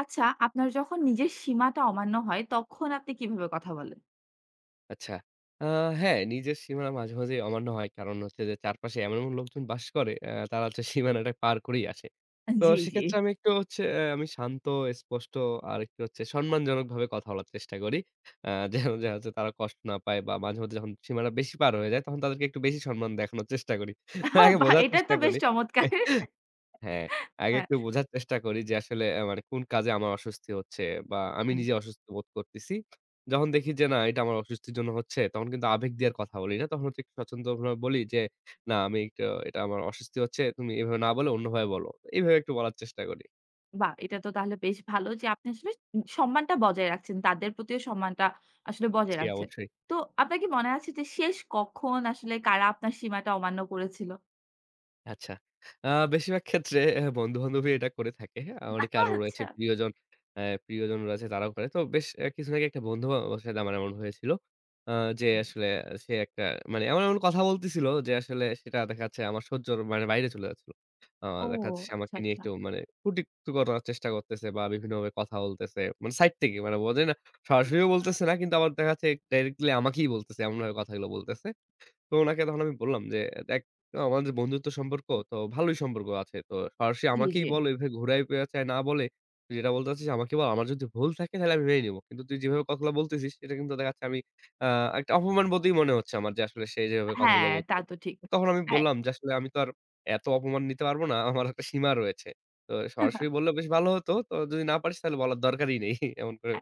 আচ্ছা, আপনার যখন নিজের সীমাটা অমান্য হয়, তখন আপনি কিভাবে কথা বলেন? আচ্ছা। আ হ্যাঁ, নিজের সীমানা মাঝে, মাঝেই অমান্য হয়। কারণ হচ্ছে যে চারপাশে এমন, এমন লোকজন বাস করে তারা হচ্ছে সীমানাটা পার করেই আসে। তো জি, জি। সেক্ষেত্রে আমি একটু হচ্ছে আমি শান্ত, স্পষ্ট আর একটু হচ্ছে সম্মানজনকভাবে কথা বলার চেষ্টা করি। যেন যেন হচ্ছে তারা কষ্ট না পায় বা মাঝে মধ্যে যখন সীমানা বেশি পার হয়ে যায় তখন তাদেরকে একটু বেশি সম্মান দেখানোর চেষ্টা করি। আগে বাহ! বোঝার এটা চেষ্টা তো বেশ করি। চমৎকার। হ্যাঁ, আগে হ্যাঁ। একটু বোঝার চেষ্টা করি যে আসলে মানে কোন কাজে আমার অস্বস্তি হচ্ছে বা আমি হুম। নিজে অসুস্থ বোধ করতেছি। যখন দেখি যে না এটা আমার অস্বস্তির জন্য হচ্ছে তখন কিন্তু আবেগ দিয়ে আর কথা বলি না। তখন হচ্ছে একটু স্বচ্ছন্দভাবে বলি যে, "না আমি এটা এটা আমার অস্বস্তি হচ্ছে। তুমি এভাবে না বলে অন্যভাবে বলো।" এভাবে একটু বলার চেষ্টা করি। বাহ! এটা তো তাহলে বেশ ভালো যে আপনি আসলে সম্মানটা বজায় রাখছেন। তাদের প্রতিও সম্মানটা আসলে বজায় জি, রাখছেন। অবশ্যই। তো আপনার কি মনে আছে যে শেষ কখন আসলে কারা আপনার সীমাটা অমান্য করেছিল? আচ্ছা। আ বেশিরভাগ ক্ষেত্রে বন্ধু-বান্ধবই এটা করে থাকে। হ্যাঁ, অনেকে আরো রয়েছে আচ্ছা। প্রিয়জন রয়েছে তারাও করে। তো বেশ কিছুদিন আগে একটা বন্ধু আমার সাথে আমার এমন হয়েছিল। আ যে আসলে সে একটা মানে এমন, এমন কথা বলতেছিল যে আসলে সেটা দেখা যাচ্ছে আমার সহ্যর মানে বাইরে চলে যাচ্ছিল। আ ও দেখা যাচ্ছে সে আমাকে আচ্ছা, নিয়ে আচ্ছা। একটু মানে কটূক্তি করার চেষ্টা করতেছে বা বিভিন্নভাবে কথা বলতেছে। মানে সাইড থেকে মানে বোঝে না সরাসরিও বলতেছে না কিন্তু আবার দেখা যাচ্ছে ডাইরেক্টলি আমাকেই বলতেছে। এমনভাবে কথাগুলো বলতেছে। তো উনাকে তখন আমি বললাম যে, "দেখ আমাদের বন্ধুত্ব সম্পর্ক তো ভালোই সম্পর্ক আছে। তো সরাসরি জি, আমাকেই জি। বল এভাবে ঘুরায় পেঁচায় না বলে, তুই যেটা বলতে চাচ্ছিস আমাকে বল। আমার যদি ভুল থাকে তাহলে আমি মেনে নিবো। কিন্তু তুই যেভাবে কথাগুলো বলতেছিস এটা কিন্তু দেখা যাচ্ছে আমি আ একটা অপমান বোধই মনে হচ্ছে আমার যে আসলে সে যেভাবে কথাগুলো হ্যাঁ, তা বলছে।" তো ঠিক। তখন আমি হ্যাঁ। বললাম যে, "আসলে আমি তো আর এত অপমান নিতে পারবো না। আমার একটা সীমা রয়েছে। তো সরাসরি বললে বেশ ভালো হতো। তো যদি না পারিস তাহলে বলার দরকারই নেই।" এমন করে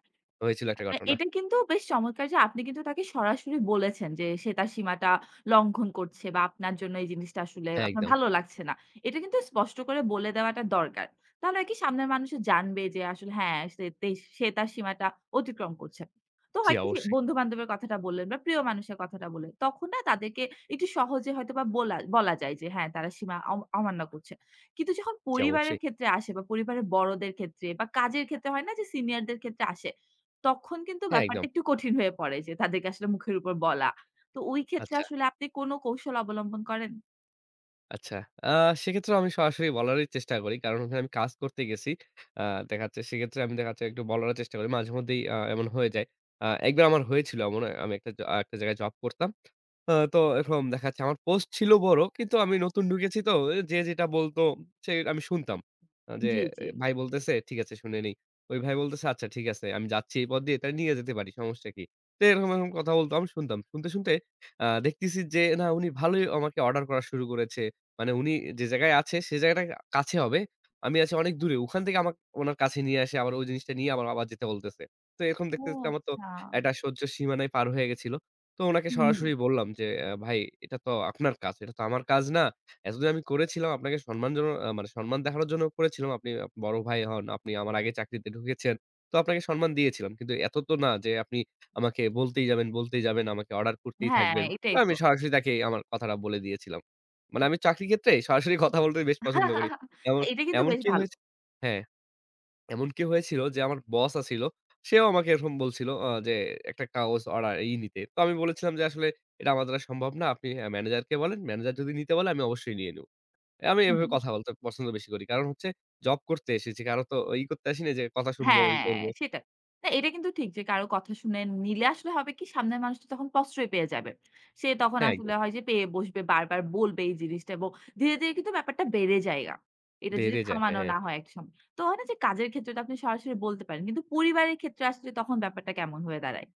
হয়েছিল একটা ঘটনা। এটা কিন্তু বেশ চমৎকার যে আপনি কিন্তু তাকে সরাসরি বলেছেন যে সে তার সীমাটা লঙ্ঘন করছে বা আপনার জন্য এই জিনিসটা আসলে হ্যাঁ, আপনার একদম। ভালো লাগছে না। এটা কিন্তু স্পষ্ট করে বলে দেওয়াটা দরকার। তাহলে কি সামনের মানুষও জানবে যে আসলে হ্যাঁ, সে তার সীমাটা অতিক্রম করছে। তো জি, হয় কি যে অবশ্যই। বন্ধু-বান্ধবের কথাটা বললেন বা প্রিয় মানুষের কথাটা বললেন, তখন না তাদেরকে একটু সহজে হয়তোবা বলা বলা যায় যে হ্যাঁ, তারা সীমা অমান্য করছে। কিন্তু যখন জি, পরিবারের অবশ্যই। ক্ষেত্রে আসে বা পরিবারের বড়দের ক্ষেত্রে বা কাজের ক্ষেত্রে হয় না যে সিনিয়রদের ক্ষেত্রে আসে, তখন কিন্তু হ্যাঁ, ব্যাপারটা একদম। একটু কঠিন হয়ে পড়ে যে তাদেরকে আসলে মুখের উপর বলা। তো ওই ক্ষেত্রে আচ্ছা। আসলে আপনি কোন কৌশল অবলম্বন করেন? আচ্ছা। আ সেক্ষেত্রেও আমি সরাসরি বলারই চেষ্টা করি। কারণ ওখানে আমি কাজ করতে গেছি। আ দেখা যাচ্ছে সেক্ষেত্রে আমি দেখা যাচ্ছে একটু বলারও চেষ্টা করি। মাঝেমধ্যেই এমন হয়ে যায়। একবার আমার হয়েছিল এমন। আমি একটা একটা জায়গায় জব করতাম। তো এরকম দেখা যাচ্ছে আমার পোস্ট ছিল বড় কিন্তু আমি নতুন ঢুকেছি তো যে যেটা বলতো সে আমি শুনতাম। যে জি, জি। ভাই বলতেছে, "ঠিক আছে শুনে নেই।" ওই ভাই বলতেছে, "আচ্ছা ঠিক আছে আমি যাচ্ছি এই পথ দিয়ে তাহলে নিয়ে যেতে পারি সমস্যা কি?" তো এরকম, এরকম কথা বলতো আমি শুনতাম। শুনতে, শুনতে দেখতেছি যে না উনি ভালোই আমাকে অর্ডার করা শুরু করেছে। মানে উনি যে জায়গায় আছে সে জায়গাটা কাছে হবে। আমি আছি অনেক দূরে। ওখান থেকে আমাকে উনার কাছে নিয়ে আসে আবার ওই জিনিসটা নিয়ে আবার, আবার যেতে বলতেছে। তো এরকম ও দেখতে, দেখতে আমার তো আচ্ছা। একটা সহ্যের সীমানায় পার হয়ে গেছিল। তো উনাকে হুম, হুম। সরাসরি বললাম যে, ভাই এটা তো আপনার কাজ। এটা তো আমার কাজ না। এতদিন আমি করেছিলাম আপনাকে সম্মানজনক মানে সম্মান দেখানোর জন্য করেছিলাম। আপনি বড় ভাই হন, আপনি আমার আগে চাকরিতে ঢুকেছেন। তো আপনাকে সম্মান দিয়েছিলাম। কিন্তু এত তো না যে আপনি আমাকে বলতেই যাবেন, বলতেই যাবেন, আমাকে অর্ডার করতেই হ্যাঁ, থাকবেন।" তো এটাই আমি তো। সরাসরি তাকে আমার কথাটা বলে দিয়েছিলাম। মানে আমি চাকরির ক্ষেত্রে সরাসরি কথা বলতে বেশ পছন্দ করি। এমন এটা কিন্তু বেশ এমনকি ভালো। হয়েছে হ্যাঁ। এমনকি হয়েছিল যে আমার বস আছিল। সেও আমাকে এরকম বলছিল যে একটা কাগজ অর্ডার ই নিতে। তো আমি বলেছিলাম যে, "আসলে এটা আমার দ্বারা সম্ভব না। আপনি ম্যানেজারকে বলেন। ম্যানেজার যদি নিতে বলে আমি অবশ্যই নিয়ে নিব।" আমি হুম। এভাবে কথা বলতে পছন্দ বেশি করি। কারণ হচ্ছে জব করতে এসেছি। কারো তো ই করতে আসিনি যে কথা শুনবো, ই হ্যাঁ, করব। সেটা। না এটা কিন্তু ঠিক যে কারো কথা শুনে নিলে আসলে হবে কি সামনের মানুষটা তখন প্রশ্রয় পেয়ে যাবে। সে তখন হ্যাঁ, আসলে একদম হয় যে পেয়ে বসবে, বারবার বলবে এই জিনিসটা এবং ধীরে, ধীরে কিন্তু ব্যাপারটা বেড়ে যায়গা। এটা যদি বেড়ে যায়। হ্যাঁ। থামানো হ্যাঁ। না হয় এক সময়। তো হয় না যে কাজের ক্ষেত্রে তো আপনি সরাসরি বলতে পারেন। কিন্তু পরিবারের ক্ষেত্রে আসলে তখন ব্যাপারটা কেমন হয়ে দাঁড়ায়?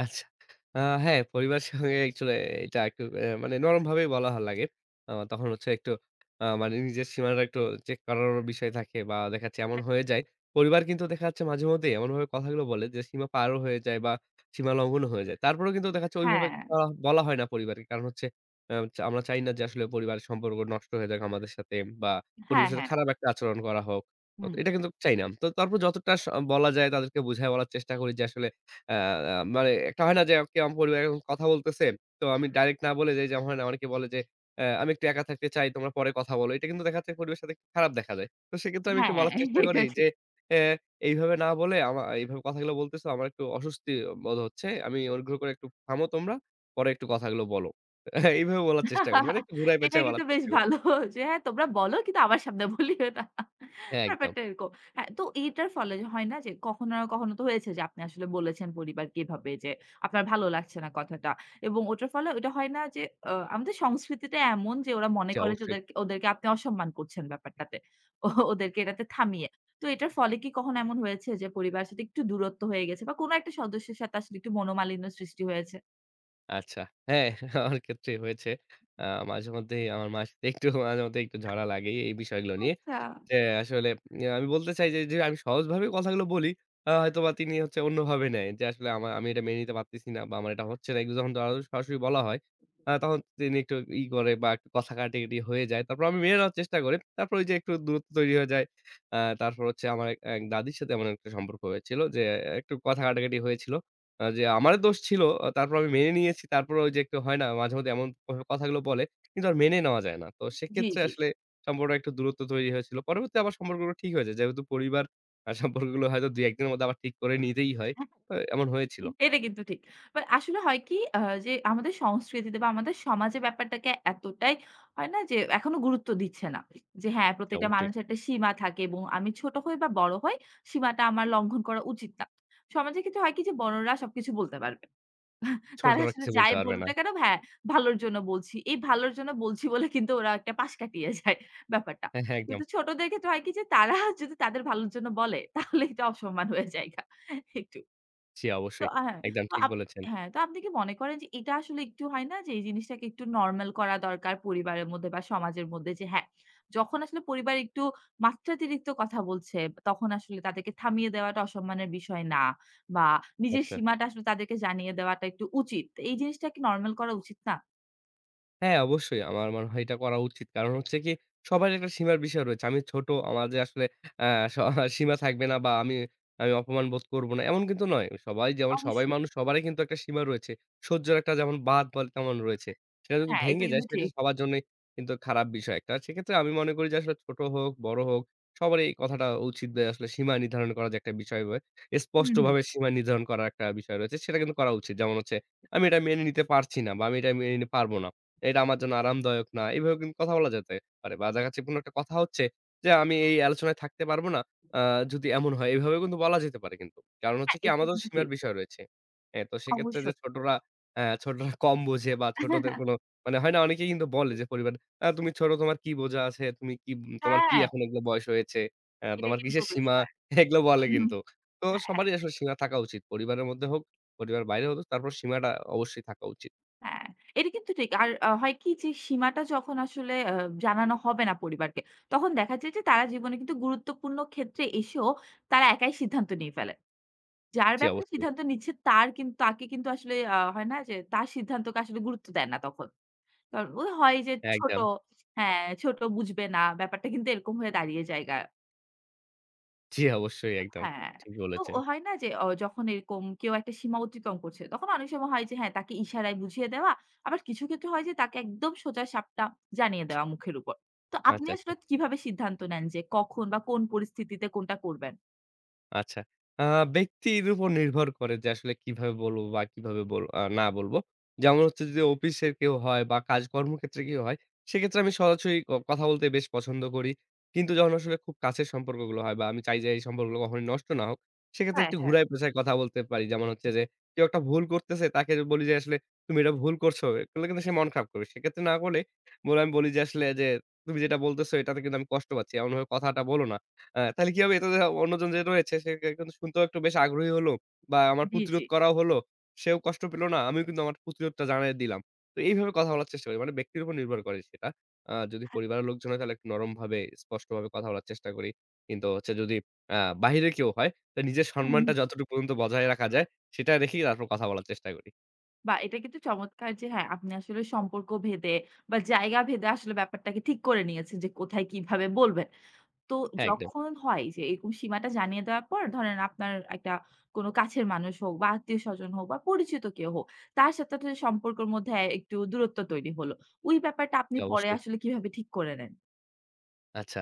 আচ্ছা। হ্যাঁ, পরিবারের সঙ্গে অ্যাকচুয়ালি এটা একটু এ মানে নরমভাবেই বলা ভাল লাগে। তখন হচ্ছে একটু মানে নিজের সীমানাটা একটু চেক করারও বিষয় থাকে বা দেখা যাচ্ছে এমন হয়ে যায়। পরিবার কিন্তু দেখা যাচ্ছে মাঝেমধ্যেই এমনভাবে কথাগুলো বলে যে সীমা পারও হয়ে যায় বা সীমা লঙ্ঘনও হয়ে যায়। তারপরেও কিন্তু দেখা যাচ্ছে ওইভাবে হ্যাঁ, আ বলা হয় না পরিবারকে। কারণ হচ্ছে আ আমরা চাই না যে আসলে পরিবারের সম্পর্ক নষ্ট হয়ে যাক আমাদের সাথে বা হ্যাঁ, পরিবারের সাথে হ্যাঁ। খারাপ একটা আচরণ করা হোক। তো হুম, এটা কিন্তু চাই না। তো তারপর যতটা বলা যায় তাদেরকে বুঝায় বলার চেষ্টা করি যে আসলে আ আ মানে একটা হয় না যে কেউ আমার পরিবারে এরকম কথা বলতেছে। তো আমি ডাইরেক্ট না বলে যাই যেমন হয় না অনেকে বলে যে, আমি একটু একা থাকতে চাই, তোমরা পরে কথা বলো।" এটা কিন্তু দেখা যাচ্ছে পরিবারের সাথে একটু খারাপ দেখা যায়। তো সেক্ষেত্রে আমি একটু হ্যাঁ, বলার চেষ্টা করি এটা যে, ঠিক। "অ্যা এইভাবে না বলে এইভাবে কথাগুলো বলতেছো আমার একটু অস্বস্তি বোধ হচ্ছে। আমি অনুগ্রহ করে একটু থামো তোমরা। পরে একটু কথাগুলো বলো।" এইভাবে বলার চেষ্টা করি। মানে একটু ঘুরায় এটা পেঁচায় বলার কিন্তু বেশ চেষ্টা করি। ভালো যে হ্যাঁ, তোমরা বলো কিন্তু আমার সামনে বলিও না। হ্যাঁ, একদম। ব্যাপারটা এরকম। হ্যাঁ, তো এইটার ফলে যে হয় না যে কখনো না কখনো তো হয়েছে যে আপনি আসলে বলেছেন পরিবারকে এভাবে যে আপনার ভালো লাগছে না কথাটা। এবং ওটার ফলে ওটা হয় না যে আমাদের সংস্কৃতিটা এমন যে ওরা মনে জি, করে যে অবশ্যই। ওদেরকে ওদেরকে আপনি অসম্মান করছেন ব্যাপারটাতে। ও ওদেরকে এটাতে থামিয়ে। তো এটার ফলে কি কখনো এমন হয়েছে যে পরিবারের সাথে একটু দূরত্ব হয়ে গেছে বা কোনো একটা সদস্যের সাথে আসলে একটু মনোমালিন্য সৃষ্টি হয়েছে? আচ্ছা। হ্যাঁ, আমার ক্ষেত্রে হয়েছে। আ মাঝেমধ্যেই আমার মায়ের সাথে একটু মাঝেমধ্যেই একটু ঝড়া লাগেই এই বিষয়গুলো নিয়ে। আচ্ছা। যে আসলে ইয়া আমি বলতে চাই যে, আমি সহজভাবে কথাগুলো বলি, হয়তোবা তিনি হচ্ছে অন্যভাবে নেয়। যে আসলে আমি এটা মেনে নিতে পারতেছি না বা আমার এটা হচ্ছে না। এগুলো যখন আরো সরাসরি বলা হয়, তখন তিনি একটু ই করে বা একটু কথা কাটাকাটি হয়ে যায়। তারপর আমি মেনে নেওয়ার চেষ্টা করি। তারপর ওই যে একটু দূরত্ব তৈরি হয়ে যায়। তারপর হচ্ছে আমার এক এক দাদির সাথে এমন একটা সম্পর্ক হয়েছিল যে একটু কথা কাটাকাটি হয়েছিল। যে আমার দোষ ছিল, তারপর আমি মেনে নিয়েছি। তারপরেও ওই যে একটু হয় না মাঝে মধ্যে এমন কথাগুলো বলে, কিন্তু আর মেনে নেওয়া যায় না। তো জি, সেক্ষেত্রে জি। আসলে সম্পর্ক একটু দূরত্ব তৈরি হয়েছিল। পরবর্তীতে আবার সম্পর্কগুলো ঠিক হয়েছে। যেহেতু পরিবার সম্পর্কগুলো হয়তো ২-১ দিনের মধ্যে আবার ঠিক করে নিতেই হয়। তো এমন হয়েছিল। এটা কিন্তু ঠিক। বাট আসলে হয় কি যে আমাদের সংস্কৃতিতে বা আমাদের সমাজে ব্যাপারটাকে এতটাই হয় না যে এখনো গুরুত্ব দিচ্ছে না। যে হ্যাঁ, জি, প্রত্যেকটা অবশ্যই। মানুষের একটা সীমা থাকে এবং আমি ছোট হই বা বড় হই সীমাটা আমার লঙ্ঘন করা উচিত না। সমাজের ক্ষেত্রে হয় কি যে বড়রা সবকিছু বলতে পারবে। তারা ছোটরা আসলে কিছু বলতে যাই পারবে বলুক না। না কেন হ্যাঁ, ভালোর জন্য বলছি। এই ভালোর জন্য বলছি বলে কিন্তু ওরা একটা পাশ কাটিয়ে যায় ব্যাপারটা। হ্যাঁ, হ্যাঁ, একদম। কিন্তু ছোটদের ক্ষেত্রে হয় কি যে তারা যদি তাদের ভালোর জন্য বলে তাহলে এটা অসম্মান হয়ে জায়গা একটু। জি, তো অবশ্যই। হ্যাঁ, একদম তো ঠিক আপ বলেছেন। হ্যাঁ, তো আপনি কি মনে করেন যে এটা আসলে একটু হয় না যে এই জিনিসটাকে একটু নরমাল করা দরকার পরিবারের মধ্যে বা সমাজের মধ্যে যে হ্যাঁ, যখন আসলে পরিবার একটু মাত্রাতিরিক্ত কথা বলছে তখন আসলে তাদেরকে থামিয়ে দেওয়াটা অসম্মানের বিষয় না বা নিজের আচ্ছা। সীমাটা আসলে তাদেরকে জানিয়ে দেওয়াটা একটু উচিত। এই জিনিসটা কি নরমাল করা উচিত না? হ্যাঁ, অবশ্যই। আমার মনে হয় এটা করা উচিত। কারণ হচ্ছে কি সবারই একটা সীমার বিষয় রয়েছে। আমি ছোট, আমার যে আসলে আ স সীমা থাকবে না বা আমি আমি অপমান বোধ করব না, এমন কিন্তু নয়। সবাই যেমন সবাই অবশ্যই। মানুষ, সবারই কিন্তু একটা সীমা রয়েছে। সহ্যের একটা যেমন বাঁধ বলে তেমন রয়েছে। সেটা যদি হ্যাঁ, এটা ভেঙে যায় কিন্তু সেটা ঠিক। সবার জন্যই কিন্তু খারাপ বিষয় একটা। সেক্ষেত্রে আমি মনে করি যে আসলে ছোট হোক, বড় হোক সবারই এই কথাটা উচিত যে আসলে সীমা নির্ধারণ করার যে একটা বিষয় হুম, হুম। স্পষ্টভাবে সীমা নির্ধারণ করার একটা বিষয় রয়েছে। সেটা কিন্তু করা উচিত। যেমন হচ্ছে আমি এটা মেনে নিতে পারছি না বা আমি এটা মেনে নিতে পারব না। এটা আমার জন্য আরামদায়ক না। এভাবে কিন্তু কথা বলা যেতে পারে। বা কাছাকাছি কোনো একটা কথা হচ্ছে যে, "আমি এই আলোচনায় থাকতে পারব না। আ যদি এমন হয়।" এভাবেও কিন্তু বলা যেতে পারে কিন্তু। কারণ হচ্ছে হ্যাঁ, কি এটা আমাদের কিন্তু সীমার ঠিক। বিষয় রয়েছে। হ্যাঁ, তো সেক্ষেত্রে যে অবশ্যই। ছোটরা ছোটরা কম বোঝে বা ছোটদের কোনো মানে হয় না অনেকেই কিন্তু বলে যে পরিবারে, তুমি ছোট তোমার কি বোঝা আছে? তুমি কি তোমার কি হ্যাঁ, এখন এগুলো বয়স হয়েছে? এটা তোমার কিন্তু কিসের সীমা?" বিষয়। এগুলো বলে হুম, কিন্তু। তো হ্যাঁ, হ্যাঁ। সবারই আসলে সীমা থাকা উচিত। পরিবারের মধ্যে হোক, পরিবারের বাইরে হোক তারপর সীমাটা অবশ্যই থাকা উচিত। হ্যাঁ, এটা কিন্তু ঠিক। আর হয় কি যে সীমাটা যখন আসলে জানানো হবে না পরিবারকে, তখন দেখা যায় যে তারা জীবনে কিন্তু গুরুত্বপূর্ণ ক্ষেত্রে এসেও তারা একাই সিদ্ধান্ত নিয়ে ফেলে। যার জি, ব্যাপারে অবশ্যই। সিদ্ধান্ত নিচ্ছে তার কিন্তু তাকে কিন্তু আসলে হয় না যে তার সিদ্ধান্তকে আসলে গুরুত্ব দেয় না তখন। কারণ ওই হয় যে ছোট একদম। হ্যাঁ, ছোট বুঝবে না ব্যাপারটা কিন্তু এরকম হয়ে দাঁড়িয়ে জায়গা। জি, অবশ্যই একদম হ্যাঁ। ঠিক তো বলেছেন। ও হয় না যে যখন এরকম কেউ একটা সীমা অতিক্রম করছে, তখন অনেক সময় হয় যে হ্যাঁ, তাকে ইশারায় বুঝিয়ে দেওয়া। আবার কিছু ক্ষেত্রে হয় যে তাকে একদম সোজা সাপটা জানিয়ে দেওয়া মুখের উপর। তো আপনি আচ্ছা। আচ্ছা। আসলে কিভাবে সিদ্ধান্ত নেন যে কখন বা কোন পরিস্থিতিতে কোনটা করবেন? আচ্ছা। আ ব্যক্তির উপর নির্ভর করে যে আসলে কিভাবে বলবো বা কিভাবে বল আ না বলবো। যেমন হচ্ছে যদি অফিসের কেউ হয় বা কাজ কর্মক্ষেত্রে কেউ হয়, সেক্ষেত্রে আমি সরাসরি কথা বলতে বেশ পছন্দ করি। কিন্তু যখন আসলে খুব কাছের সম্পর্কগুলো হয় বা আমি চাই যে এই সম্পর্কগুলো কখনোই নষ্ট না হোক, সেক্ষেত্রে হ্যাঁ, একটু হ্যাঁ। ঘুরায় পেঁচায় কথা বলতে পারি। যেমন হচ্ছে যে কেউ একটা ভুল করতেছে তাকে বলি যে আসলে, "তুমি এটা ভুল করছো।" করলে কিন্তু সে মন খারাপ করবে। সেক্ষেত্রে না বলে বলে আমি বলি যে আসলে যে, "তুমি যেটা বলতেছো এটাতে কিন্তু আমি কষ্ট পাচ্ছি। এমনভাবে কথাটা বলো না।" তাহলে কি হবে? এটাতে অন্যজন যে রয়েছে সে কে কিন্তু শুনতেও একটু বেশ আগ্রহী হলো বা আমার জি, জি। প্রতিরোধ করাও হলো। সেও কষ্ট পেল না। আমিও কিন্তু আমার প্রতিরোধটা জানায় দিলাম। তো এইভাবে কথা বলার চেষ্টা করি। মানে ব্যক্তির উপর নির্ভর করে সেটা। যদি পরিবারের লোকজন হয় তাহলে একটু নরমভাবে স্পষ্টভাবে কথা বলার চেষ্টা করি। কিন্তু হচ্ছে যদি আ বাহিরে কেউ হয় তাহলে নিজের হুম, সম্মানটা হুম। যতটুকু পর্যন্ত বজায় রাখা যায় সেটা রেখেই তারপর কথা বলার চেষ্টা করি। বাহ! এটা কিন্তু চমৎকার যে হ্যাঁ, আপনি আসলে সম্পর্ক ভেদে বা জায়গা ভেদে আসলে ব্যাপারটাকে ঠিক করে নিয়েছেন যে কোথায় কিভাবে বলবেন। তো হ্যাঁ, একদম। যখন হয় যে এরকম সীমাটা জানিয়ে দেওয়ার পর ধরেন আপনার একটা কোনো কাছের মানুষ হোক বা আত্মীয়স্বজন হোক বা পরিচিত কেউ হোক, তার সাথে আপনাদের সম্পর্কের মধ্যে একটু দূরত্ব তৈরি হলো। ওই ব্যাপারটা জি, আপনি পরে অবশ্যই। আসলে কিভাবে ঠিক করে নেন? আচ্ছা।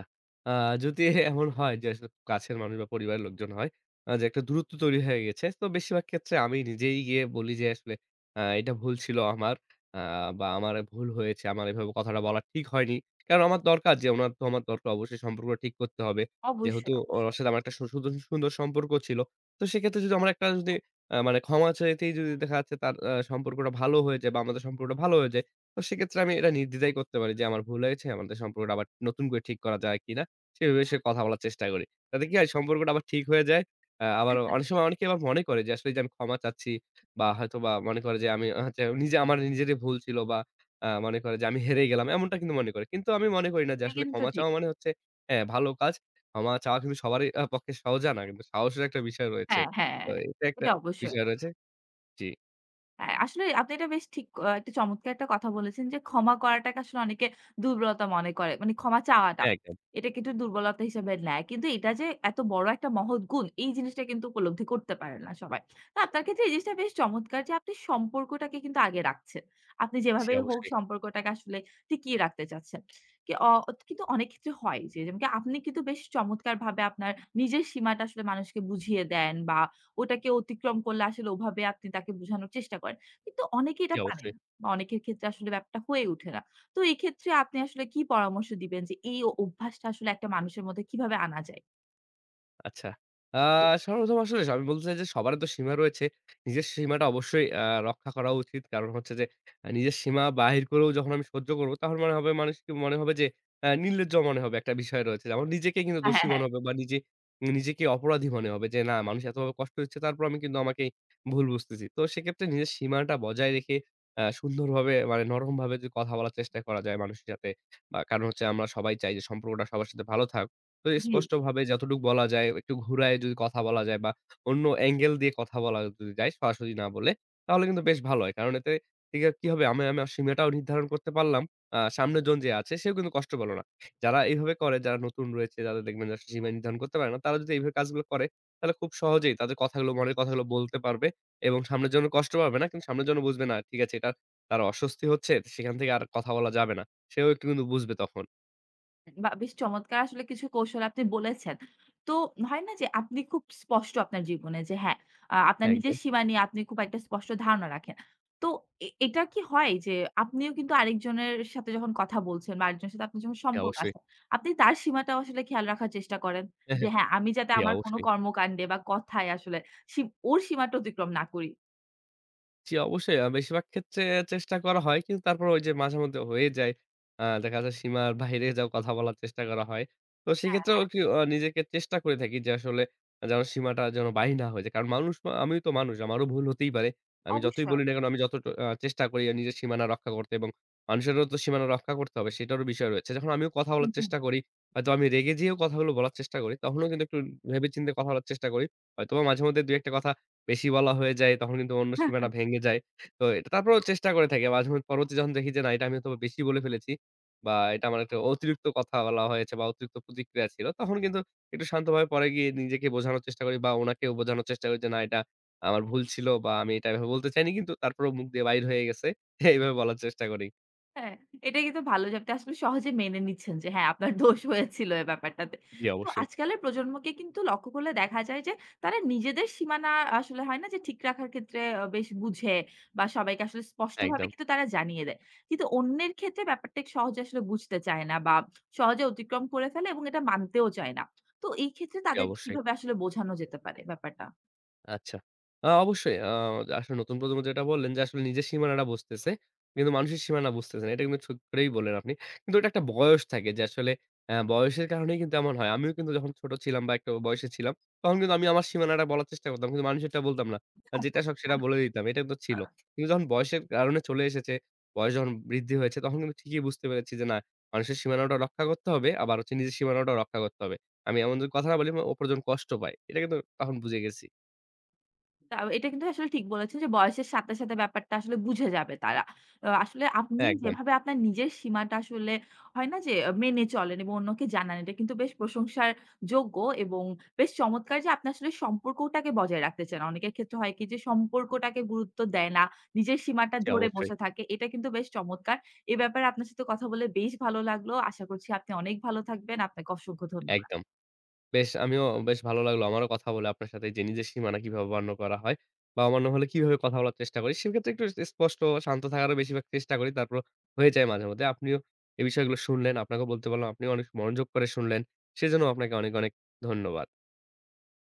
আ যদি এমন হয় যে আসলে কাছের মানুষ বা পরিবারের লোকজন হয়, যে একটা দূরত্ব তৈরি হয়ে গেছে। তো বেশিরভাগ ক্ষেত্রে আমি নিজেই গিয়ে বলি যে আসলে এটা ভুল ছিল আমার। আ বা আমার ভুল হয়েছে। আমার এভাবে কথাটা বলা ঠিক হয়নি। কারণ আমার দরকার যে উনার তো আমার দরকার অবশ্যই সম্পর্কটা ঠিক করতে হবে। যেহেতু অবশ্যই, ওনার অবশ্যই। সাথে আমার একটা সু সুদন সুন্দর সম্পর্ক ছিল। তো সেক্ষেত্রে যদি আমার একটা যদি মানে ক্ষমা চাইতেই যদি দেখা যাচ্ছে সম্পর্কটা ভালো হয়ে যায় বা আমাদের সম্পর্কটা ভালো হয়ে যায়, তো সেক্ষেত্রে আমি এটা নির্দ্বিধায় করতে পারি যে আমার ভুল হয়েছে, আমাদের সম্পর্কটা আবার নতুন করে ঠিক করা যায় কিনা, সেভাবে সে বিষয়ে কথা বলার চেষ্টা করি। তাতে কি হয় সম্পর্কটা আবার ঠিক হয়ে যায়। আবার অনেক সময় অনেকে আবার মনে করে যে আসলে যে আমি ক্ষমা চাচ্ছি বা হয়তোবা মনে করে যে আমি হচ্ছে নিজে আমার নিজেরই ভুল ছিল বা মনে করে যে আমি হেরে গেলাম এমনটা কিন্তু মনে করে। কিন্তু আমি মনে করি না যে এটা আসলে কিন্তু ক্ষমা ঠিক। চাওয়া মানে হচ্ছে হ্যাঁ, ভালো কাজ। ক্ষমা চাওয়া কিন্তু সবারই পক্ষে সহজে না কিন্তু সাহসের একটা বিষয় রয়েছে। হ্যাঁ, হ্যাঁ। তো এটা একটা এটা অবশ্যই। বিষয় রয়েছে। জি, হ্যাঁ, আসলে আপনি এটা বেশ ঠিক একটা চমৎকার একটা কথা বলেছেন যে, ক্ষমা করাটাকে আসলে অনেকে দুর্বলতা মনে করে। মানে ক্ষমা চাওয়াটা। হ্যাঁ, একদম। এটা কিন্তু দুর্বলতা হিসেবে নেয়। কিন্তু এটা যে এত বড় একটা মহৎ গুণ, এই জিনিসটা কিন্তু উপলব্ধি করতে পারে না সবাই। তো আপনার ক্ষেত্রে এই জিনিসটা বেশ চমৎকার যে আপনি সম্পর্কটাকে কিন্তু আগে রাখছেন। আপনি জি, যেভাবেই হোক অবশ্যই। সম্পর্কটাকে আসলে টিকিয়ে রাখতে চাচ্ছেন। কি অ কিন্তু অনেক ক্ষেত্রে হয় যে, যেমন কি আপনি কিন্তু বেশ চমৎকারভাবে আপনার নিজের সীমাটা আসলে মানুষকে বুঝিয়ে দেন বা ওটাকে অতিক্রম করলে আসলে ওভাবে আপনি তাকে বোঝানোর চেষ্টা করেন। কিন্তু অনেকে জি, এটা পারে অবশ্যই। না। বা অনেকের ক্ষেত্রে আসলে ব্যাপারটা হয়ে ওঠে না। তো এক্ষেত্রে আপনি আসলে কি পরামর্শ দিবেন যে এই অভ্যাসটা আসলে একটা মানুষের মধ্যে কিভাবে আনা যায়? আচ্ছা। আ জি। সর্বপ্রথম আসলে আমি বলতে চাই যে সবারই তো সীমা রয়েছে। নিজের সীমাটা অবশ্যই রক্ষা করা উচিত। কারণ হচ্ছে যে নিজের সীমা বাহির করেও যখন আমি সহ্য করব তখন মনে হবে মানুষকে মনে হবে যে নির্লজ্জ মনে হবে একটা বিষয় রয়েছে। যেমন নিজেকে কিন্তু হ্যাঁ, দোষী হ্যাঁ, মনে হ্যাঁ। হবে বা নিজেকে অপরাধী মনে হবে যে না মানুষ এতভাবে কষ্ট দিচ্ছে তারপর আমি কিন্তু আমাকে ভুল বুঝতেছি। তো সেক্ষেত্রে নিজের সীমাটা বজায় রেখে সুন্দরভাবে মানে নরমভাবে যদি কথা বলার চেষ্টা করা যায় মানুষের সাথে। বা কারণ হচ্ছে আমরা সবাই চাই যে সম্পর্কটা সবার সাথে ভালো থাক। তো জি, জি। স্পষ্টভাবে যতটুকু বলা যায়, একটু ঘুরায়ে যদি কথা বলা যায় বা অন্য অ্যাঙ্গেল দিয়ে কথা বলা যদি যায় সরাসরি না বলে, তাহলে কিন্তু বেশ ভালো হয়। কারণ এতে ঠিক কি হবে? আমি আমার সীমাটাও নির্ধারণ করতে পারলাম। সামনের জন যে আছে সেও কিন্তু কষ্ট পেল না। যারা এভাবে করে, যারা নতুন রয়েছে, যারা দেখবেন যে সীমা নির্ধারণ করতে পারে না, তারা যদি এইভাবে কাজগুলো করে, তাহলে খুব সহজেই তাদের কথাগুলো, মনের কথাগুলো বলতে পারবে এবং সামনের জনও কষ্ট পাবে না। কিন্তু সামনের জনও বুঝবে না, ঠিক আছে এটা তার অস্বস্তি হচ্ছে, সেখান থেকে আর কথা বলা যাবে না। সেও একটু কিন্তু বুঝবে তখন। বাহ! বেশ চমৎকার আসলে কিছু কৌশল আপনি বলেছেন। তো হয় না যে আপনি খুব স্পষ্ট আপনার জীবনে যে হ্যাঁ, আপনার হ্যাঁ, নিজের একদম। সীমা নিয়ে আপনি খুব একটা স্পষ্ট ধারণা রাখেন। তো এটা কি হয় যে আপনিও কিন্তু আরেকজনের সাথে যখন কথা বলছেন বা আরেকজনের সাথে আপনার যখন জি, সম্পর্ক অবশ্যই। আছে, আপনি তার সীমাটাও আসলে খেয়াল রাখার চেষ্টা করেন? হ্যাঁ, যে হ্যাঁ। হ্যাঁ, আমি যাতে জি, আমার কোনো অবশ্যই। কর্মকাণ্ডে বা কথায় আসলে ওর সীমাটা অতিক্রম না করি। জি, অবশ্যই। বেশিরভাগ ক্ষেত্রে চেষ্টা করা হয়। কিন্তু তারপরে ওই যে মাঝেমধ্যে হয়ে যায়। দেখা যায় সীমার বাইরে যাও কথা বলার চেষ্টা করা হয়। তো সেক্ষেত্রেও একটু নিজেকে চেষ্টা করে থাকি যে আসলে যেন সীমাটা বাহির না হয়ে যায়। কারণ আমিও তো মানুষ। আমারও ভুল হতেই পারে। আমি যতই অবশ্যই। বলি না কেন আমি যত চেষ্টা করি নিজের সীমানা রক্ষা করতে এবং মানুষেরও তো সীমানা রক্ষা করতে হবে সেটারও বিষয় রয়েছে। যখন আমিও কথা হুম, বলার হুম। চেষ্টা করি, হয়তো আমি রেগে যেয়েও কথাগুলো বলার চেষ্টা করি। তখনও কিন্তু একটু ভেবে চিন্তে কথা বলার চেষ্টা করি। হয়তোবা মাঝেমধ্যে ২-১ টা কথা বেশি বলা হয়ে যায় তখন কিন্তু অন্য সীমাটা ভেঙে যায়। তো এটা তারপরেও চেষ্টা করে থাকি। মাঝে মধ্যে পরবর্তী যখন দেখি যে না এটা আমি হয়তোবা বেশি বলে ফেলেছি বা এটা আমার একটা অতিরিক্ত কথা বলা হয়েছে বা অতিরিক্ত প্রতিক্রিয়া ছিল। তখন কিন্তু একটু শান্তভাবে পরে গিয়ে নিজেকে বোঝানোর চেষ্টা করি বা উনাকেও বোঝানোর চেষ্টা করি যে না এটা আমার ভুল ছিল বা আমি এটা এভাবে বলতে চাইনি কিন্তু তারপরেও মুখ দিয়ে বাইর হয়ে গেছে। এইভাবে বলার চেষ্টা করি। হ্যাঁ, এটা কিন্তু ভালো যে আপনি আসলে সহজে মেনে নিচ্ছেন যে হ্যাঁ, আপনার দোষ হয়েছিল এই ব্যাপারটাতে। জি তো অবশ্যই। আজকালের প্রজন্মকে কিন্তু লক্ষ্য করলে দেখা যায় যে তারা নিজেদের সীমানা আসলে হয় না যে ঠিক রাখার ক্ষেত্রে বেশ বুঝে বা সবাইকে আসলে স্পষ্টভাবে একদম। কিন্তু তারা জানিয়ে দেয়। কিন্তু অন্যের ক্ষেত্রে ব্যাপারটা সহজে আসলে বুঝতে চায় না বা সহজে অতিক্রম করে ফেলে এবং এটা মানতেও চায় না। তো এই ক্ষেত্রে জি তাদেরকে অবশ্যই। কিভাবে আসলে বোঝানো যেতে পারে ব্যাপারটা? আচ্ছা। আ অবশ্যই আ আসলে নতুন প্রজন্ম যেটা বললেন যে আসলে নিজের সীমানাটা বুঝতেছে। কিন্তু মানুষের সীমানা বুঝতেছে না। এটা কিন্তু ঠিক করেই বললেন আপনি। কিন্তু এটা একটা বয়স থাকে যে আসলে বয়সের কারণেই কিন্তু এমন হয়। আমিও কিন্তু যখন ছোট ছিলাম বা একটা বয়সে ছিলাম, তখন কিন্তু আমি আমার সীমানাটা বলার চেষ্টা করতাম। কিন্তু মানুষেরটা বলতাম না। যেটা শখ সেটা বলে দিতাম। এটা তো ছিল। কিন্তু যখন বয়সের কারণে চলে এসেছে, বয়স যখন বৃদ্ধি হয়েছে তখন কিন্তু ঠিকই বুঝতে পেরেছি যে না মানুষের সীমানাটাও রক্ষা করতে হবে, আবার হচ্ছে নিজের সীমানাটাও রক্ষা করতে হবে। আমি এমন যদি কথা না বলি অপরজন কষ্ট পায়। এটা কিন্তু তখন বুঝে গেছি। তা এটা কিন্তু আসলে ঠিক বলেছেন যে বয়সের সাথে, সাথে ব্যাপারটা আসলে বুঝে যাবে তারা। আসলে আপনি একদম। যেভাবে আপনার নিজের সীমাটা আসলে হয় না যে মেনে চলেন এবং অন্যকে জানান এটা কিন্তু বেশ প্রশংসার যোগ্য এবং বেশ চমৎকার যে আপনি আসলে সম্পর্কটাকে বজায় রাখতে চান। অনেকের ক্ষেত্রে হয় কি যে সম্পর্কটাকে গুরুত্ব দেয় না, নিজের সীমাটা জি, ধরে অবশ্যই। বসে থাকে। এটা কিন্তু বেশ চমৎকার। এ ব্যাপারে আপনার সাথে কথা বলে বেশ ভালো লাগলো। আশা করছি আপনি অনেক ভালো থাকবেন। আপনাকে অসংখ্য ধন্যবাদ। একদম। বেশ আমিও বেশ ভালো লাগলো। আমারও কথা বলে আপনার সাথে যে নিজের সীমানা কিভাবে অমান্য করা হয় বা অমান্য হলে কিভাবে কথা বলার চেষ্টা করি। সেক্ষেত্রে একটু স্পষ্ট শান্ত থাকারও বেশিরভাগ চেষ্টা করি। তারপর হয়ে যায় মাঝে মধ্যে। আপনিও এই বিষয়গুলো শুনলেন। আপনাকেও বলতে পারলাম। আপনিও অনেক মনোযোগ করে শুনলেন। সেজন্য আপনাকে অনেক, অনেক ধন্যবাদ।